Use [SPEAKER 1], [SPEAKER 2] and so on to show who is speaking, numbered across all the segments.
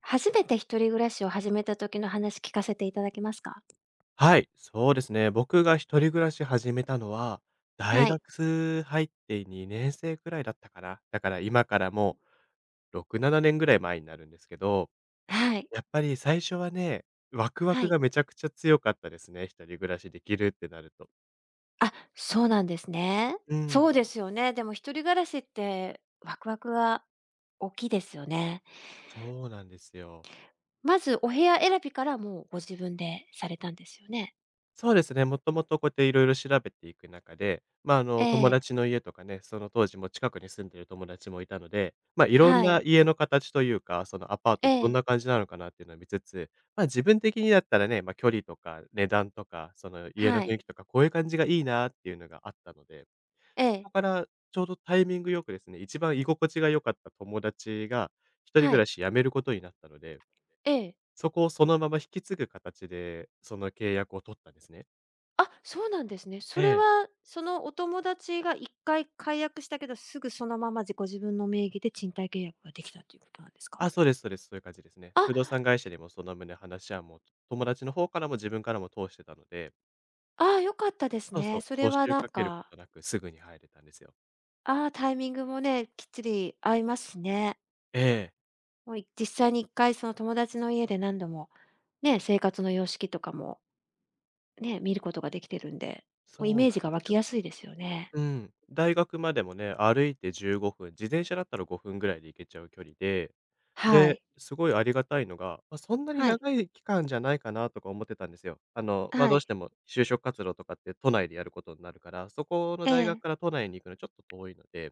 [SPEAKER 1] 初めて一人暮らしを始めた時の話聞かせていただけますか？
[SPEAKER 2] はい、そうですね。僕が一人暮らし始めたのは、
[SPEAKER 1] は
[SPEAKER 2] 大
[SPEAKER 1] い。
[SPEAKER 2] 学入って2年生くらいだったかな。だから今からもう6、7年ぐらい前になるんですけど、
[SPEAKER 1] はい。
[SPEAKER 2] やっぱり最初はね、ワクワ
[SPEAKER 1] は
[SPEAKER 2] ク
[SPEAKER 1] い。
[SPEAKER 2] がめちゃくちゃ強かったですね。一人暮らしできるってなると。
[SPEAKER 1] あ、そうなんですね。
[SPEAKER 2] う
[SPEAKER 1] そ
[SPEAKER 2] ん、
[SPEAKER 1] うですよね。でも一人暮らしってワクワクが大きいですよね。
[SPEAKER 2] そうなんですよ。
[SPEAKER 1] まずお部屋選びからもうご自分でされたんですよね？
[SPEAKER 2] そうですね、もともとこうやっていろいろ調べていく中で、まあ、あ
[SPEAKER 1] え
[SPEAKER 2] の、友
[SPEAKER 1] え、
[SPEAKER 2] 達の家とかね、その当時も近くに住んでる友達もいたので、まあ、いろん
[SPEAKER 1] はい。
[SPEAKER 2] な家の形というか、そのアパー
[SPEAKER 1] え
[SPEAKER 2] トどん
[SPEAKER 1] え、
[SPEAKER 2] な感じなのかなっていうのを見つつ、まあ、自分的にだったらね、まあ、距離とか値段とか、その家
[SPEAKER 1] は
[SPEAKER 2] の雰囲
[SPEAKER 1] い。
[SPEAKER 2] 気とか、こういう感じがいいなっていうのがあったので、
[SPEAKER 1] え
[SPEAKER 2] そ
[SPEAKER 1] え、
[SPEAKER 2] こからちょうどタイミングよくですね、一番居心地が良かった友達が一人
[SPEAKER 1] は
[SPEAKER 2] 暮ら
[SPEAKER 1] い。
[SPEAKER 2] し辞めることになったので、
[SPEAKER 1] ええ。
[SPEAKER 2] そこをそのまま引き継ぐ形で、その契約を取ったんですね。
[SPEAKER 1] あ、そうなんですね。そ
[SPEAKER 2] え
[SPEAKER 1] れ
[SPEAKER 2] え。
[SPEAKER 1] はそのお友達が一回解約したけど、すぐそのままご自分の名義で賃貸契約ができたということなんですか？
[SPEAKER 2] あ、そうですそうです。そういう感じですね。
[SPEAKER 1] あ、
[SPEAKER 2] 不動産会社でもその旨話はもう、友達の方からも自分からも通してたので、
[SPEAKER 1] 良かったです
[SPEAKER 2] そうそ
[SPEAKER 1] ね。そ
[SPEAKER 2] う、
[SPEAKER 1] れ
[SPEAKER 2] 募
[SPEAKER 1] は
[SPEAKER 2] 集
[SPEAKER 1] なん
[SPEAKER 2] かけるこ
[SPEAKER 1] か、
[SPEAKER 2] となくすぐに入れたんですよ。
[SPEAKER 1] タイミングもね、きっちり合いますしね。
[SPEAKER 2] ええ、
[SPEAKER 1] もう実際に一回その友達の家で何度も、ね、生活の様式とかもね、見ることができてるんで、もうイ
[SPEAKER 2] そう
[SPEAKER 1] メー
[SPEAKER 2] なん
[SPEAKER 1] ジが
[SPEAKER 2] で
[SPEAKER 1] 湧
[SPEAKER 2] す
[SPEAKER 1] き
[SPEAKER 2] よ。
[SPEAKER 1] やすいですよね。
[SPEAKER 2] うん。大学までもね、歩いて15分、自転車だったら5分ぐらいで行けちゃう距離で、
[SPEAKER 1] は
[SPEAKER 2] で、
[SPEAKER 1] い。
[SPEAKER 2] すごいありがたいのが、ま、そんなに
[SPEAKER 1] はい。
[SPEAKER 2] 長い期間じゃないかなとか思ってたんですよ。あの、ま、
[SPEAKER 1] は
[SPEAKER 2] どうして
[SPEAKER 1] い。
[SPEAKER 2] も就職活動とかって都内でやることになるから、そこの
[SPEAKER 1] え
[SPEAKER 2] 大学
[SPEAKER 1] え、
[SPEAKER 2] から都内に行くのちょっと遠いのでっ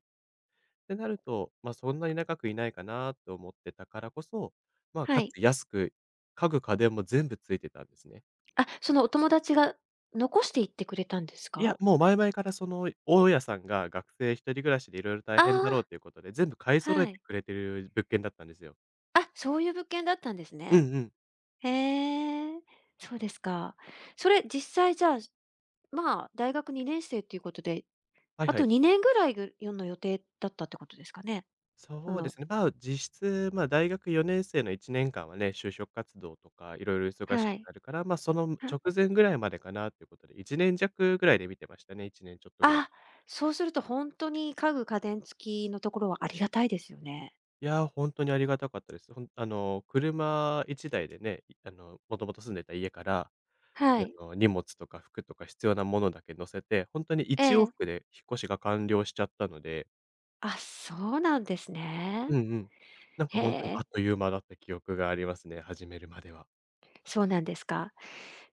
[SPEAKER 2] てなると、ま、そんなに長くいないかなと思ってたからこそ、ま、
[SPEAKER 1] は
[SPEAKER 2] か
[SPEAKER 1] い。
[SPEAKER 2] つ安く、家具、家電も全部ついてたんですね。
[SPEAKER 1] あ、そのお友達が残していってくれたんです
[SPEAKER 2] いや、
[SPEAKER 1] か？
[SPEAKER 2] もう前々からその大家さんが学生一人暮らしでいろいろ大
[SPEAKER 1] あ
[SPEAKER 2] 変だろう
[SPEAKER 1] あ、
[SPEAKER 2] ということで、全部買い揃え
[SPEAKER 1] は
[SPEAKER 2] て
[SPEAKER 1] い。
[SPEAKER 2] くれてる物件だったんですよ。
[SPEAKER 1] あ、そういう物件だったんです
[SPEAKER 2] う
[SPEAKER 1] ね。
[SPEAKER 2] んうん。
[SPEAKER 1] へえ、そうですか。それ実際じゃあまあ、大学2年生っていうことで、
[SPEAKER 2] はい
[SPEAKER 1] あ
[SPEAKER 2] は
[SPEAKER 1] と
[SPEAKER 2] い。
[SPEAKER 1] 2年ぐらいの予定だったってことですかね？そ
[SPEAKER 2] そうで
[SPEAKER 1] の
[SPEAKER 2] すね、まあ、実質、ま、大学4年生の1年間はね、就職活動とかいろいろ忙し
[SPEAKER 1] は
[SPEAKER 2] く
[SPEAKER 1] い。
[SPEAKER 2] なるから、ま、その
[SPEAKER 1] は
[SPEAKER 2] 直前ぐらいまでかなということで、1年弱ぐらいで見てましたね、1年ちょっとぐらい。
[SPEAKER 1] あ、そうするとほんとに家具家電付きのところはありがたいですよね。
[SPEAKER 2] いや、本当にありがたかったです。ほんあの、車一台でね、いあの、もともと住んでた家から、
[SPEAKER 1] はい。
[SPEAKER 2] あの、荷物とか服とか必要なものだけ乗せて、本当に
[SPEAKER 1] え
[SPEAKER 2] 一往
[SPEAKER 1] え。
[SPEAKER 2] 復で引っ越しが完了しちゃったので、
[SPEAKER 1] あ、そうなんですね。
[SPEAKER 2] うんうん。なん
[SPEAKER 1] へ
[SPEAKER 2] か本当にあ
[SPEAKER 1] え、
[SPEAKER 2] っという間だった記憶がありますね、始めるまでは。
[SPEAKER 1] そうなんですか。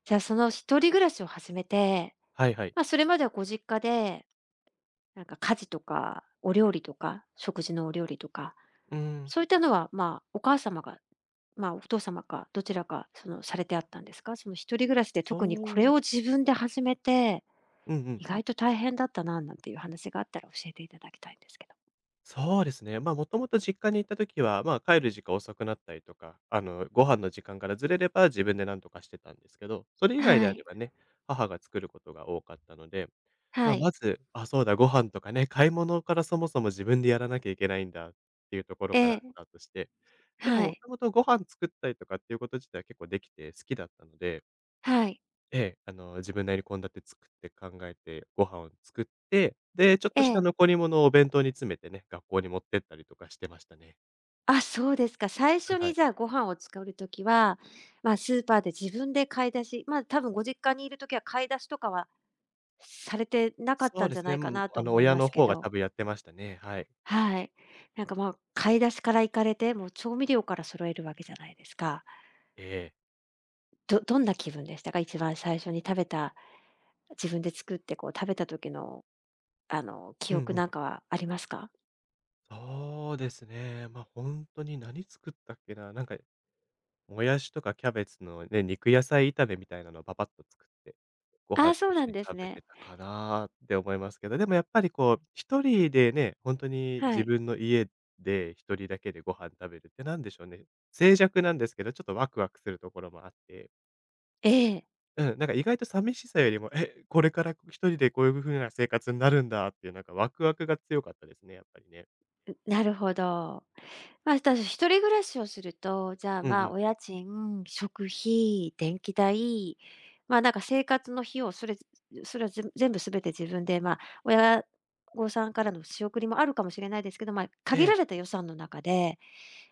[SPEAKER 1] じゃあ、その一人暮らしを始めて、
[SPEAKER 2] はいはい。
[SPEAKER 1] ま、それまではご実家で、なんか家事とかお料理とか、食事のお料理とか、
[SPEAKER 2] うん。
[SPEAKER 1] そういったのは、まあ、お母様がまあ、お父様か、どちらか、その、されてあったんですか？その一人暮らしで
[SPEAKER 2] そ
[SPEAKER 1] 特にこれを
[SPEAKER 2] う、
[SPEAKER 1] 自分で始めて、
[SPEAKER 2] うんうん、
[SPEAKER 1] 意外と大変だったな、なんていう話があったら教えていただきたいんですけど。
[SPEAKER 2] そうですね。まあ、もともと実家に行った時は、まあ、帰る時間遅くなったりとか、あの、ご飯の時間からずれれば自分で何とかしてたんですけど、それ以外
[SPEAKER 1] は
[SPEAKER 2] であれ
[SPEAKER 1] い。
[SPEAKER 2] ばね、母が作ることが多かったので、ま
[SPEAKER 1] は
[SPEAKER 2] あ、
[SPEAKER 1] い。
[SPEAKER 2] まず、あ、そうだ、ご飯とかね、買い物からそもそも自分でやらなきゃいけないんだっていうところ
[SPEAKER 1] え
[SPEAKER 2] から
[SPEAKER 1] え、
[SPEAKER 2] スタートして、でも
[SPEAKER 1] は
[SPEAKER 2] も
[SPEAKER 1] い。
[SPEAKER 2] ともとご飯作ったりとかっていうこと自体は結構できて好きだったので、
[SPEAKER 1] はい。
[SPEAKER 2] ええ、あの、自分なりに献立作って考えて、ご飯を作って、で、ちょっ
[SPEAKER 1] え
[SPEAKER 2] とした
[SPEAKER 1] え。
[SPEAKER 2] 残り物をお弁当に詰めてね、学校に持ってったりとかしてましたね。
[SPEAKER 1] あ、そうですか。最
[SPEAKER 2] は
[SPEAKER 1] 初
[SPEAKER 2] い。は
[SPEAKER 1] にじゃ
[SPEAKER 2] い。
[SPEAKER 1] あ、ご飯を作る時は、まあ、スーパーで自分で買い出し、まあ、多分ご実家にいる時は買い出しとかはされてなかっ
[SPEAKER 2] そ
[SPEAKER 1] た
[SPEAKER 2] う
[SPEAKER 1] ん
[SPEAKER 2] で
[SPEAKER 1] じゃ
[SPEAKER 2] す
[SPEAKER 1] な
[SPEAKER 2] ね、う
[SPEAKER 1] いか
[SPEAKER 2] ん、
[SPEAKER 1] なと
[SPEAKER 2] あの、
[SPEAKER 1] 思い
[SPEAKER 2] 親
[SPEAKER 1] ま
[SPEAKER 2] の
[SPEAKER 1] すけ
[SPEAKER 2] 方が
[SPEAKER 1] ど。
[SPEAKER 2] 多分やってましたね。はい。
[SPEAKER 1] はい。なんか、まあ、買い出しから行かれて、もう調味料から揃えるわけじゃないですか。
[SPEAKER 2] ええ。
[SPEAKER 1] どんな気分でしたか？一番最初に食べた、自分で作ってこう食べた時の、あの、記
[SPEAKER 2] うん
[SPEAKER 1] 憶
[SPEAKER 2] うん。
[SPEAKER 1] なんかはありますか？
[SPEAKER 2] そうですね。まあ、ほんとに何作ったっけな、なんかもやしとかキャベツのね、肉野菜炒めみたいなのをパパッと作って、ご
[SPEAKER 1] あ
[SPEAKER 2] 飯
[SPEAKER 1] あ、そ
[SPEAKER 2] と
[SPEAKER 1] う
[SPEAKER 2] 一
[SPEAKER 1] な
[SPEAKER 2] 緒
[SPEAKER 1] ん
[SPEAKER 2] に
[SPEAKER 1] です
[SPEAKER 2] 食べ
[SPEAKER 1] ね。
[SPEAKER 2] てたかなって思いますけど、でもやっぱりこう、一人でね、ほんとに
[SPEAKER 1] は
[SPEAKER 2] 自
[SPEAKER 1] い。
[SPEAKER 2] 分の家で一人だけでご飯食べるって何でしょうね、静寂なんですけど、ちょっとワクワクするところもあって、
[SPEAKER 1] ええ、
[SPEAKER 2] うん、なんか意外と寂しさよりも、え、これから一人でこういう風な生活になるんだっていうなんかワクワクが強かったですね、やっぱりね。
[SPEAKER 1] なるほど。まあ、ただ一人暮らしをすると、じゃあ、
[SPEAKER 2] うんうん。
[SPEAKER 1] お家賃、食費、電気代、なんか生活の費用、それは全て自分で、親御さんからの仕送りもあるかもしれないですけど、
[SPEAKER 2] え
[SPEAKER 1] 限ら
[SPEAKER 2] え、
[SPEAKER 1] れた予算の中で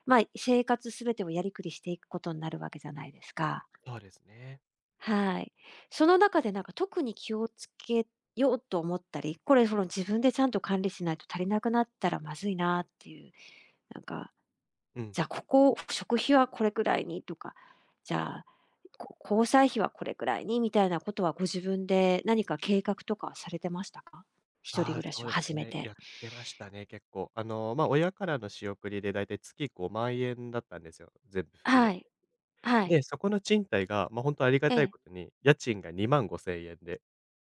[SPEAKER 1] まあ、生活すべてをやりくりしていくことになるわけじゃないですか。
[SPEAKER 2] そうですね。
[SPEAKER 1] はい。その中でなんか特に気をつけようと思ったり、その自分でちゃんと管理しないと足りなくなったらまずいなっていう、なんか、
[SPEAKER 2] うん。
[SPEAKER 1] じゃあここ、食費はこれくらいにとか、じゃあ、交際費はこれくらいにみたいなことはご自分で何か計画とかはされてましたか？一人
[SPEAKER 2] あ
[SPEAKER 1] 暮
[SPEAKER 2] あ、
[SPEAKER 1] ら
[SPEAKER 2] そ
[SPEAKER 1] しを
[SPEAKER 2] うです
[SPEAKER 1] 始め
[SPEAKER 2] ね。
[SPEAKER 1] て。
[SPEAKER 2] やってましたね、結構。あの、まあ、親からの仕送りでだいたい月5万円だったんですよ、全部含め
[SPEAKER 1] は
[SPEAKER 2] て。
[SPEAKER 1] い、はい、
[SPEAKER 2] で、そこの賃貸が、ま、あ本当ありが
[SPEAKER 1] え
[SPEAKER 2] たいこ
[SPEAKER 1] え。
[SPEAKER 2] とに、家賃が2万5千円で。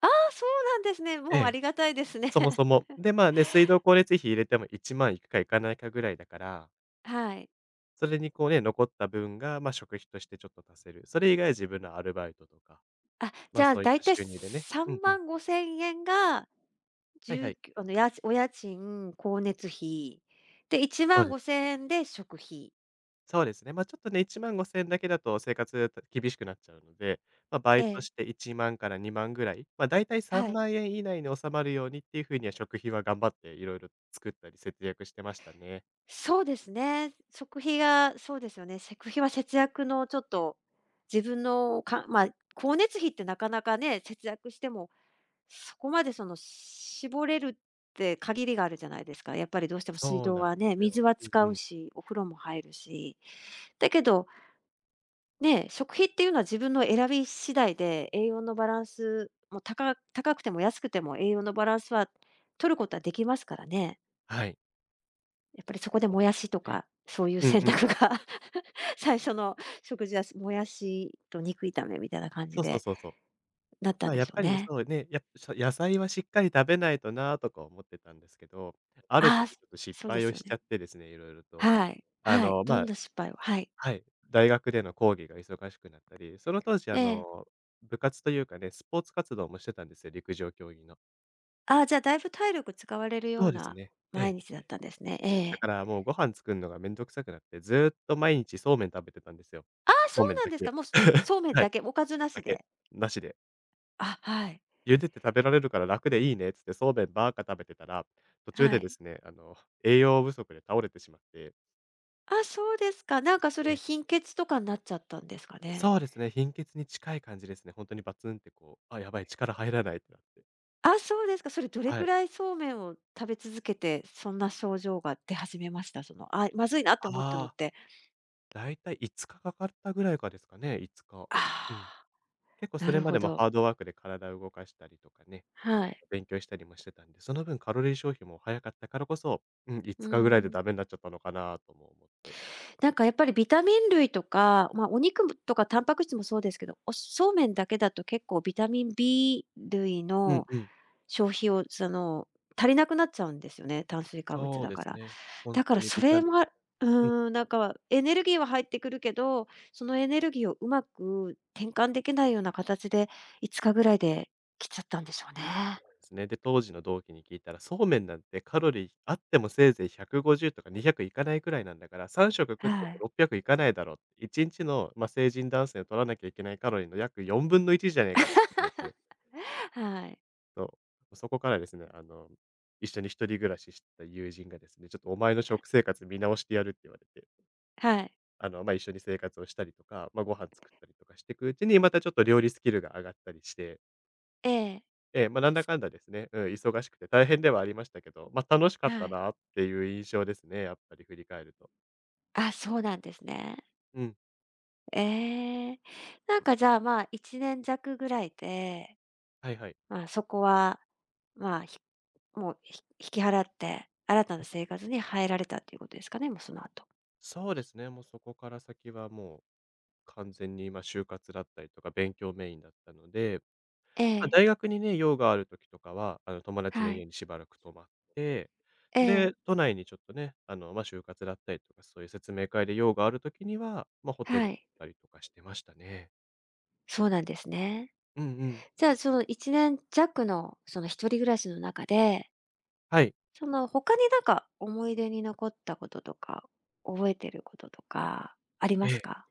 [SPEAKER 1] ああ、そうなんですね。
[SPEAKER 2] え
[SPEAKER 1] もうあ
[SPEAKER 2] え、
[SPEAKER 1] りがたいですね。
[SPEAKER 2] そも そも。で、まあね、水道光熱費入れても1万いくかいかないかぐらいだから、
[SPEAKER 1] はい。
[SPEAKER 2] それにこうね、残った分が、まあ、食費としてちょっと足せる。それ以外自分のアルバイトとか、
[SPEAKER 1] あ、
[SPEAKER 2] ま
[SPEAKER 1] じ
[SPEAKER 2] あ、
[SPEAKER 1] ゃあ
[SPEAKER 2] そういっ
[SPEAKER 1] だい
[SPEAKER 2] た
[SPEAKER 1] たい
[SPEAKER 2] 収入でね、う
[SPEAKER 1] 3
[SPEAKER 2] んうん。
[SPEAKER 1] 万5千円が、
[SPEAKER 2] は
[SPEAKER 1] じ
[SPEAKER 2] い
[SPEAKER 1] ゅ
[SPEAKER 2] は
[SPEAKER 1] う
[SPEAKER 2] い。
[SPEAKER 1] きゅうあの、お家賃、光熱費、で、1
[SPEAKER 2] そう
[SPEAKER 1] 万
[SPEAKER 2] です。
[SPEAKER 1] 5千円で食費。
[SPEAKER 2] そうですね。ま、あちょっとね、1万5千円だけだと生活厳しくなっちゃうので、まあ、バ
[SPEAKER 1] え
[SPEAKER 2] イト
[SPEAKER 1] え、
[SPEAKER 2] して1万から2万ぐらい、ま、だいたい3
[SPEAKER 1] はい。
[SPEAKER 2] 万円以内に収まるようにっていう風には食費は頑張っていろいろ作ったり節約してましたね。
[SPEAKER 1] そうですね。食費がそうですよね。食費は節約のちょっと、自分のかまあ、光熱費ってなかなかね、節約しても、そこまでその、絞れるって限りがあるじゃないですか。やっぱりどうしても水
[SPEAKER 2] そう
[SPEAKER 1] 道
[SPEAKER 2] なんで
[SPEAKER 1] はね、
[SPEAKER 2] すよ。
[SPEAKER 1] 水は
[SPEAKER 2] うん
[SPEAKER 1] 使
[SPEAKER 2] う
[SPEAKER 1] う
[SPEAKER 2] ん。
[SPEAKER 1] し、お風呂も入るし。だけどね、食費っていうのは自分の選び次第で、栄養のバランスもう高くても安くても栄養のバランスは取ることはできますからね。
[SPEAKER 2] はい。
[SPEAKER 1] やっぱりそこで
[SPEAKER 2] そう
[SPEAKER 1] もや
[SPEAKER 2] なんで
[SPEAKER 1] しと
[SPEAKER 2] すね。
[SPEAKER 1] か、そういう
[SPEAKER 2] う
[SPEAKER 1] 選
[SPEAKER 2] んうん。
[SPEAKER 1] 択が 最初の食事はもやしと肉炒めみたいな感じ
[SPEAKER 2] そうそう
[SPEAKER 1] で
[SPEAKER 2] そうそう。
[SPEAKER 1] なったん
[SPEAKER 2] ま、
[SPEAKER 1] で
[SPEAKER 2] や
[SPEAKER 1] し
[SPEAKER 2] っ
[SPEAKER 1] ょう
[SPEAKER 2] ぱり
[SPEAKER 1] ね。
[SPEAKER 2] そうね、やっぱ野菜はしっかり食べないとなとか思ってたんですけど、ある
[SPEAKER 1] ああ、
[SPEAKER 2] 時ちょっと失
[SPEAKER 1] そうで
[SPEAKER 2] 敗
[SPEAKER 1] す
[SPEAKER 2] を
[SPEAKER 1] よ
[SPEAKER 2] しちゃ
[SPEAKER 1] ね。
[SPEAKER 2] ってですね、いろいろと。
[SPEAKER 1] はい。
[SPEAKER 2] あ
[SPEAKER 1] はい。
[SPEAKER 2] の、
[SPEAKER 1] どん
[SPEAKER 2] ま
[SPEAKER 1] な失敗をはい。
[SPEAKER 2] はい、大学での講義が忙しくなったり、その当時、あ
[SPEAKER 1] ええ。
[SPEAKER 2] の、部活というかね、スポーツ活動もしてたんですよ、陸上競技の。
[SPEAKER 1] ああ、じゃあだいぶ体力使われるよ
[SPEAKER 2] そ
[SPEAKER 1] う
[SPEAKER 2] うです
[SPEAKER 1] な
[SPEAKER 2] ね。え
[SPEAKER 1] 毎
[SPEAKER 2] え。
[SPEAKER 1] 日だったんですね。え
[SPEAKER 2] だ
[SPEAKER 1] え。
[SPEAKER 2] からもうご飯作るのがめんどくさくなって、ずーっと毎日そうめん食べてたんですよ。
[SPEAKER 1] ああ、そ
[SPEAKER 2] そ
[SPEAKER 1] う
[SPEAKER 2] うめん
[SPEAKER 1] なん
[SPEAKER 2] だ
[SPEAKER 1] ですか。
[SPEAKER 2] け。
[SPEAKER 1] もう そうめん
[SPEAKER 2] は
[SPEAKER 1] だ
[SPEAKER 2] い、
[SPEAKER 1] け、おかずな
[SPEAKER 2] だ
[SPEAKER 1] し
[SPEAKER 2] け、
[SPEAKER 1] で。
[SPEAKER 2] なしで。
[SPEAKER 1] あ、はい。
[SPEAKER 2] 茹でて食べられるから楽でいいねっつって、そうめんばーか食べてたら、途中
[SPEAKER 1] は
[SPEAKER 2] でで
[SPEAKER 1] い。
[SPEAKER 2] すね、あの、栄養不足で倒れてしまって、
[SPEAKER 1] あ、そうですか。なんかそ
[SPEAKER 2] え
[SPEAKER 1] れ
[SPEAKER 2] え、
[SPEAKER 1] 貧血とかになっちゃったんですかね。
[SPEAKER 2] そうですね、貧血に近い感じですね。本当にバツンってこう、あ、やばい、力入らないってなって。
[SPEAKER 1] あ、そうですか。それどれ
[SPEAKER 2] は
[SPEAKER 1] く
[SPEAKER 2] い。
[SPEAKER 1] らいそうめんを食べ続けて、そんな症状が出始めました？その、あ、まずいなって
[SPEAKER 2] あ
[SPEAKER 1] 思ったのっ
[SPEAKER 2] あ。
[SPEAKER 1] て。
[SPEAKER 2] だいたい5日かかったぐらいかですかね、5日。うん。
[SPEAKER 1] あ
[SPEAKER 2] 結構
[SPEAKER 1] あ、
[SPEAKER 2] そ
[SPEAKER 1] な
[SPEAKER 2] れ
[SPEAKER 1] る
[SPEAKER 2] ま
[SPEAKER 1] ほ
[SPEAKER 2] でも
[SPEAKER 1] ど。
[SPEAKER 2] ハードワークで体を動かしたりとかね、
[SPEAKER 1] は
[SPEAKER 2] あ
[SPEAKER 1] い。
[SPEAKER 2] と勉強したりもしてたんで、その分カロリー消費も早かったからこそ、うん、
[SPEAKER 1] う
[SPEAKER 2] 5日ぐらいで
[SPEAKER 1] ん。
[SPEAKER 2] ダメになっちゃったのかなとも思って。
[SPEAKER 1] なんかやっぱりビタミン類とか、ま、お肉もとかタンパク質もそうですけど、おそうめんだけだと結構ビタミン B 類
[SPEAKER 2] うん
[SPEAKER 1] の
[SPEAKER 2] うん。
[SPEAKER 1] 消費をその、足りなくなっちゃうんですよね、炭水化物
[SPEAKER 2] そう
[SPEAKER 1] だ
[SPEAKER 2] で
[SPEAKER 1] か
[SPEAKER 2] す
[SPEAKER 1] ら。
[SPEAKER 2] ね。ほん
[SPEAKER 1] だか
[SPEAKER 2] と
[SPEAKER 1] ら
[SPEAKER 2] に
[SPEAKER 1] そ
[SPEAKER 2] ビタ
[SPEAKER 1] れ
[SPEAKER 2] ミン
[SPEAKER 1] もうなんかエネルギーは入ってくるけど、そのエネルギーをうまく転換できないような形で、5日ぐらいで来ちゃったんでしょうね。
[SPEAKER 2] ですね。で、当時の同期に聞いたら、そうめんなんてカロリーあってもせいぜい150とか200いかないくらいなんだから、3食食って
[SPEAKER 1] は
[SPEAKER 2] も
[SPEAKER 1] い。
[SPEAKER 2] 600いかないだろうって。1日の、まあ、成人男性の取らなきゃいけないカロリーの約4分の1じゃねえかって言われて、
[SPEAKER 1] はい。
[SPEAKER 2] そう。そこからですね、一緒に一人暮らししてた友人がですね、ちょっとお前の食生活見直してやるって言われて、
[SPEAKER 1] はい。
[SPEAKER 2] まあ、一緒に生活をしたりとか、まあ、ご飯作ったりとかしていくうちに、またちょっと料理スキルが上がったりして
[SPEAKER 1] ええ、
[SPEAKER 2] まあ、なんだかんだですね、うん、忙しくて大変ではありましたけど、まあ、楽しかっ
[SPEAKER 1] は
[SPEAKER 2] た
[SPEAKER 1] い。
[SPEAKER 2] なっていう印象ですね、やっぱり振り返ると。
[SPEAKER 1] あ、そうなんですね。
[SPEAKER 2] うん、
[SPEAKER 1] ええ。なんかじゃあ、まあ、1年弱ぐらいで、
[SPEAKER 2] はいはい。
[SPEAKER 1] まあ、そこは、まあ、もう引き払って、新たな生活に入られたっていうことですかね、もうその後。
[SPEAKER 2] そうですね、もうそこから先はもう完全に、まあ、就活だったりとか勉強メインだったので、
[SPEAKER 1] え
[SPEAKER 2] まあ、
[SPEAKER 1] え、
[SPEAKER 2] 大学にね、用がある時とかは、友達の
[SPEAKER 1] は
[SPEAKER 2] 家
[SPEAKER 1] い。
[SPEAKER 2] にしばらく泊まって、
[SPEAKER 1] ええ、
[SPEAKER 2] で、都内にちょっとね、まあ、就活だったりとか、そういう説明会で用がある時には、まあ、ホテ
[SPEAKER 1] は
[SPEAKER 2] ルだ
[SPEAKER 1] い。
[SPEAKER 2] ったりとかしてましたね。
[SPEAKER 1] そうなんですね。
[SPEAKER 2] うんうん。
[SPEAKER 1] じゃあ、その1年弱のその一人暮らしの中で、
[SPEAKER 2] はい。
[SPEAKER 1] その他になんか思い出に残ったこととか、覚えてることとかありま
[SPEAKER 2] え
[SPEAKER 1] す
[SPEAKER 2] え。
[SPEAKER 1] か？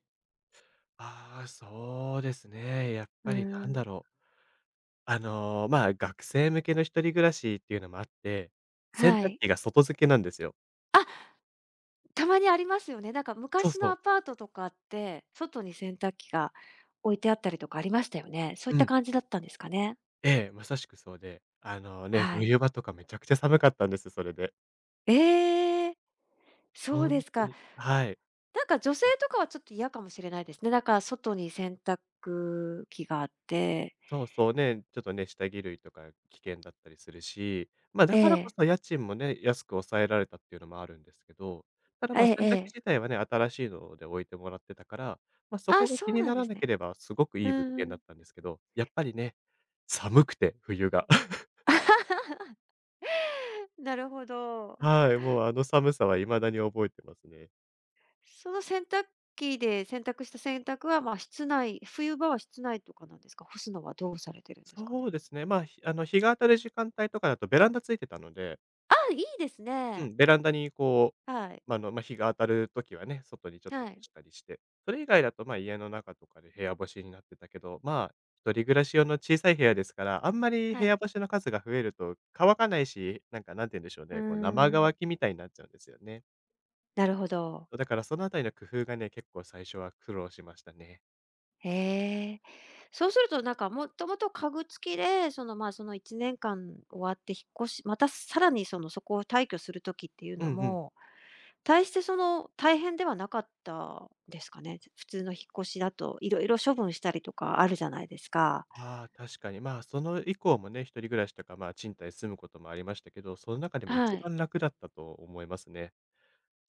[SPEAKER 2] ああ、そうですね。やっ
[SPEAKER 1] うー
[SPEAKER 2] ぱりなん
[SPEAKER 1] ん、
[SPEAKER 2] だろう。まあ、学生向けの一人暮らしっていうのもあって、洗
[SPEAKER 1] は
[SPEAKER 2] 濯
[SPEAKER 1] い。
[SPEAKER 2] 機が外付けなんですよ。
[SPEAKER 1] たまにありますよね。なんか
[SPEAKER 2] そう
[SPEAKER 1] 昔
[SPEAKER 2] そ
[SPEAKER 1] の
[SPEAKER 2] う。
[SPEAKER 1] アパートとかって、外に洗濯機が置いてあったりとかありましたよね。そういっ
[SPEAKER 2] う
[SPEAKER 1] た
[SPEAKER 2] ん。
[SPEAKER 1] 感じだったんですかね？
[SPEAKER 2] ええ、まさしくそうで、あのね、
[SPEAKER 1] はい。
[SPEAKER 2] 冬場とかめちゃくちゃ寒かったんです、それで。
[SPEAKER 1] ええ、そうで
[SPEAKER 2] 本
[SPEAKER 1] す
[SPEAKER 2] 当
[SPEAKER 1] か。
[SPEAKER 2] に。はい。
[SPEAKER 1] なんか女性とかはちょっと嫌かもしれないですね。だから外に洗濯機があって、
[SPEAKER 2] そうそう、ね、ちょっとね、下着類とか危険だったりするし、ま、
[SPEAKER 1] え
[SPEAKER 2] だからこ
[SPEAKER 1] え、
[SPEAKER 2] そ家賃もね、安く抑えられたっていうのもあるんですけど、ただ、
[SPEAKER 1] え
[SPEAKER 2] ま、
[SPEAKER 1] え
[SPEAKER 2] 洗
[SPEAKER 1] え
[SPEAKER 2] 濯機
[SPEAKER 1] え。
[SPEAKER 2] 自体はね、新しいので置いてもらってたから、ま、そ
[SPEAKER 1] あ、
[SPEAKER 2] こが
[SPEAKER 1] そ
[SPEAKER 2] 気
[SPEAKER 1] う
[SPEAKER 2] に
[SPEAKER 1] なん
[SPEAKER 2] な
[SPEAKER 1] で
[SPEAKER 2] ら
[SPEAKER 1] す
[SPEAKER 2] なけ
[SPEAKER 1] ね。
[SPEAKER 2] ればすごくい
[SPEAKER 1] うん
[SPEAKER 2] い物
[SPEAKER 1] う
[SPEAKER 2] 件だ
[SPEAKER 1] ん。
[SPEAKER 2] ったんですけど、やっぱりね、寒くて、冬が。
[SPEAKER 1] なるほど。
[SPEAKER 2] はい、もうあの寒さは未だに覚えてますね。
[SPEAKER 1] その洗濯機で洗濯した洗濯は、まあ、室内冬場は室内とかなんですか？干すのはどうされてるんですか
[SPEAKER 2] そう
[SPEAKER 1] ね？
[SPEAKER 2] ですね、まあ、ひあの、日が当たる時間帯とかだとベランダついてたので、
[SPEAKER 1] あ、いいです
[SPEAKER 2] う
[SPEAKER 1] ね。
[SPEAKER 2] ん、ベランダにこ
[SPEAKER 1] はい。
[SPEAKER 2] う、ま、ああの、まあ、日が当たる時はね、外にちょっ
[SPEAKER 1] は
[SPEAKER 2] と干
[SPEAKER 1] い。
[SPEAKER 2] したりして、それ以外だと、ま、家の中とかで部屋干しになってたけど、まあ、一人暮らし用の小さい部屋ですから、あんまり部
[SPEAKER 1] は
[SPEAKER 2] 屋
[SPEAKER 1] い。
[SPEAKER 2] 干しの数が増えると乾かないし、なんか、なんて言うんでしょう
[SPEAKER 1] うー
[SPEAKER 2] ね、こう生
[SPEAKER 1] ん、
[SPEAKER 2] 乾きみたいになっちゃうんですよね。
[SPEAKER 1] なるほど。
[SPEAKER 2] だからそのあたりの工夫がね、結構最初は苦労しましたね。
[SPEAKER 1] へえ。そうするとなんか、もともと家具付きで、その、まあ、その1年間終わって引っ越しまたさらにその、そこを退去する時っていう
[SPEAKER 2] うん
[SPEAKER 1] の
[SPEAKER 2] うん。
[SPEAKER 1] も、大してその、大変ではなかったですかね？普通の引っ越しだといろいろ処分したりとかあるじゃないですか。
[SPEAKER 2] ああ、確かに。まあ、その以降もね、一人暮らしとか、まあ、賃貸住むこともありましたけど、その中でも
[SPEAKER 1] は
[SPEAKER 2] 一
[SPEAKER 1] い。
[SPEAKER 2] 番楽だったと思いますね。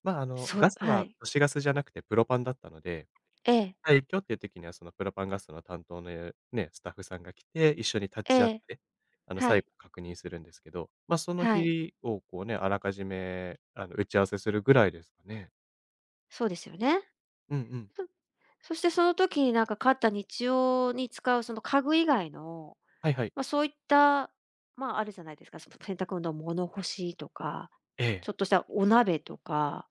[SPEAKER 2] まあ、
[SPEAKER 1] そ
[SPEAKER 2] ガ
[SPEAKER 1] う
[SPEAKER 2] ス
[SPEAKER 1] は
[SPEAKER 2] は
[SPEAKER 1] い。
[SPEAKER 2] 都市ガスじゃなくてプロパンだったので、
[SPEAKER 1] ええ、
[SPEAKER 2] はい。今日っていう時にはそのプロパンガスの担当のね、スタッフさんが来て、一緒に立
[SPEAKER 1] え
[SPEAKER 2] ち会っ
[SPEAKER 1] え、
[SPEAKER 2] て、
[SPEAKER 1] は
[SPEAKER 2] 最
[SPEAKER 1] い、
[SPEAKER 2] 後確認するんですけど、まあ、その
[SPEAKER 1] はい。
[SPEAKER 2] 日をこうね、あらかじめ、打ち合わせするぐらいですかね。
[SPEAKER 1] そうですよね。
[SPEAKER 2] うんうん。
[SPEAKER 1] そそしてその時になんか買った日用に使うその家具以外の
[SPEAKER 2] はいはい。
[SPEAKER 1] まあ、そういった、まあ、あるじゃないですか、その洗濯物の物干しとか、
[SPEAKER 2] ええ。
[SPEAKER 1] ちょっとしたお鍋とか、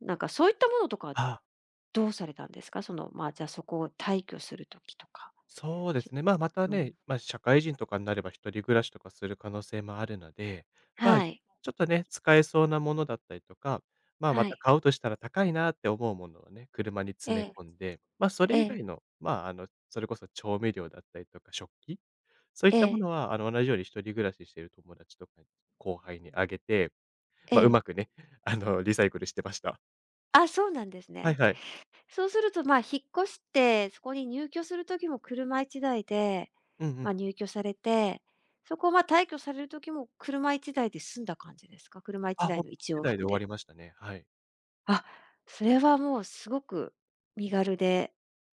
[SPEAKER 1] なんかそういったものとか、
[SPEAKER 2] ああ。
[SPEAKER 1] どうされたんですか？その、まあ、じゃあ、そこを退去する時とか。
[SPEAKER 2] そうで
[SPEAKER 1] し
[SPEAKER 2] すね。まあ、また
[SPEAKER 1] うん。
[SPEAKER 2] ね、まあ、社会人とかになれば一人暮らしとかする可能性もあるので、ま
[SPEAKER 1] は
[SPEAKER 2] あ、ち
[SPEAKER 1] い。
[SPEAKER 2] ょっとね、使えそうなものだったりとか、まあ、ま
[SPEAKER 1] は
[SPEAKER 2] た
[SPEAKER 1] い。
[SPEAKER 2] 買うとしたら高いなって思うものをね、車に
[SPEAKER 1] え
[SPEAKER 2] 詰め
[SPEAKER 1] え、
[SPEAKER 2] 込んで、まあ、そ
[SPEAKER 1] え
[SPEAKER 2] れ以
[SPEAKER 1] え、
[SPEAKER 2] 外の、まあ、それこそ調味料だったりとか食器、そういっ
[SPEAKER 1] え
[SPEAKER 2] たも
[SPEAKER 1] え、
[SPEAKER 2] のは、同じように一人暮らししている友達とかに後輩にあげて、
[SPEAKER 1] え
[SPEAKER 2] まあ、うまく
[SPEAKER 1] え。
[SPEAKER 2] ね、リサイクルしてました。
[SPEAKER 1] あ、そうなんです
[SPEAKER 2] はい
[SPEAKER 1] ね。
[SPEAKER 2] はい。
[SPEAKER 1] そうすると、まあ、引っ越して、そこに入居する時も車1台で、
[SPEAKER 2] うんう
[SPEAKER 1] まあ、
[SPEAKER 2] ん。
[SPEAKER 1] 入居されて、そこ、ま、退去される時も車1台で済んだ感じですか？車
[SPEAKER 2] あ、
[SPEAKER 1] 1
[SPEAKER 2] ほ
[SPEAKER 1] 台
[SPEAKER 2] ん
[SPEAKER 1] の一
[SPEAKER 2] 時
[SPEAKER 1] 往
[SPEAKER 2] 代
[SPEAKER 1] 復
[SPEAKER 2] で終わ
[SPEAKER 1] で。
[SPEAKER 2] りましたね。はい。
[SPEAKER 1] あ、それはもうすごく身軽で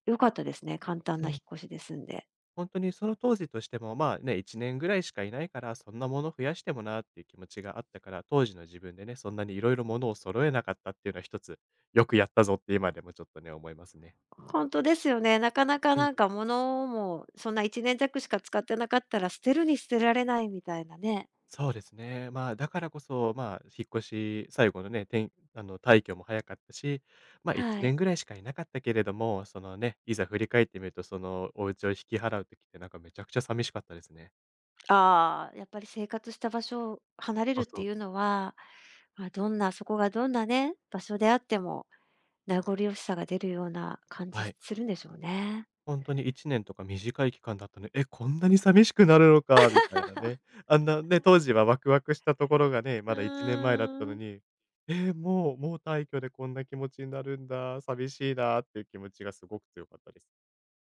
[SPEAKER 1] 良かったですね。簡単な引っ越しで済んで。
[SPEAKER 2] 本当にその当時としても、まあ、ね、1年ぐらいしかいないから、そんなもの増やしてもなっていう気持ちがあったから、当時の自分でね、そんなにいろいろものを揃えなかったっていうのは一つ、よくやったぞって今でもちょっとね、思いますね。
[SPEAKER 1] ほんとですよね。なかなか
[SPEAKER 2] うん、
[SPEAKER 1] なんか物もそんな1年弱しか使ってなかったら捨てるに捨てられないみたいなね。
[SPEAKER 2] そうですね。まあ、だからこそ、まあ、引っ越し最後のね、退去も早かったし、まあ、1
[SPEAKER 1] は
[SPEAKER 2] 年
[SPEAKER 1] い。
[SPEAKER 2] ぐらいしかいなかったけれども、そのね、いざ振り返ってみると、そのお家を引き払う時ってなんかめちゃくちゃ寂しかったですね。
[SPEAKER 1] ああ、やっぱり生活した場所を離れる
[SPEAKER 2] そう
[SPEAKER 1] って
[SPEAKER 2] そう。
[SPEAKER 1] いうのは、まあ、どんなそこがどんなね、場所であっても名残惜しさが出るような感じ
[SPEAKER 2] はい。
[SPEAKER 1] するんでしょうね。
[SPEAKER 2] ほんとに1年とか短い期間だったね。え、こんなに寂しくなるのかみたいなね。あんなね、当時はワクワクしたところがね、
[SPEAKER 1] う
[SPEAKER 2] まだ1年前だった
[SPEAKER 1] ー
[SPEAKER 2] の
[SPEAKER 1] ん。
[SPEAKER 2] に、え、もう退去でこんな気持ちになるんだ、寂しいなっていう気持ちがすごく強かったです。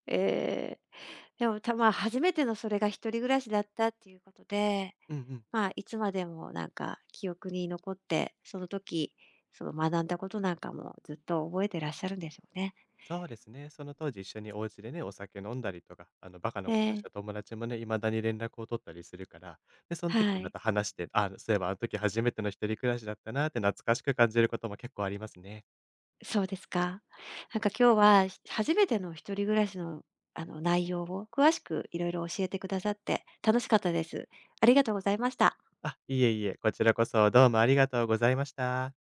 [SPEAKER 1] ええ。でも、たまあ、初めてのそれが一人暮らしだったっていうことで、
[SPEAKER 2] うんうん。
[SPEAKER 1] まあ、いつまでもなんか記憶に残って、その時、その学んだことなんかもずっと覚えてらっしゃるんでしょうね。
[SPEAKER 2] そうですね。その当時一緒にお家でね、お酒飲んだりとか、バカな
[SPEAKER 1] え
[SPEAKER 2] ことし
[SPEAKER 1] え、
[SPEAKER 2] た友達もね、未だに連絡を取ったりするから、で、そん
[SPEAKER 1] は
[SPEAKER 2] 時ま
[SPEAKER 1] い。
[SPEAKER 2] た話して、あ、そういえばあの時初めての一人暮らしだったなって懐かしく感じることも結構ありますね。
[SPEAKER 1] そうですか。なんか今日は、初めての一人暮らしの、あの、内容を詳しくいろいろ教えてくださって楽しかったです。ありがとうございました。
[SPEAKER 2] あ、いえいえ、こちらこそどうもありがとうございました。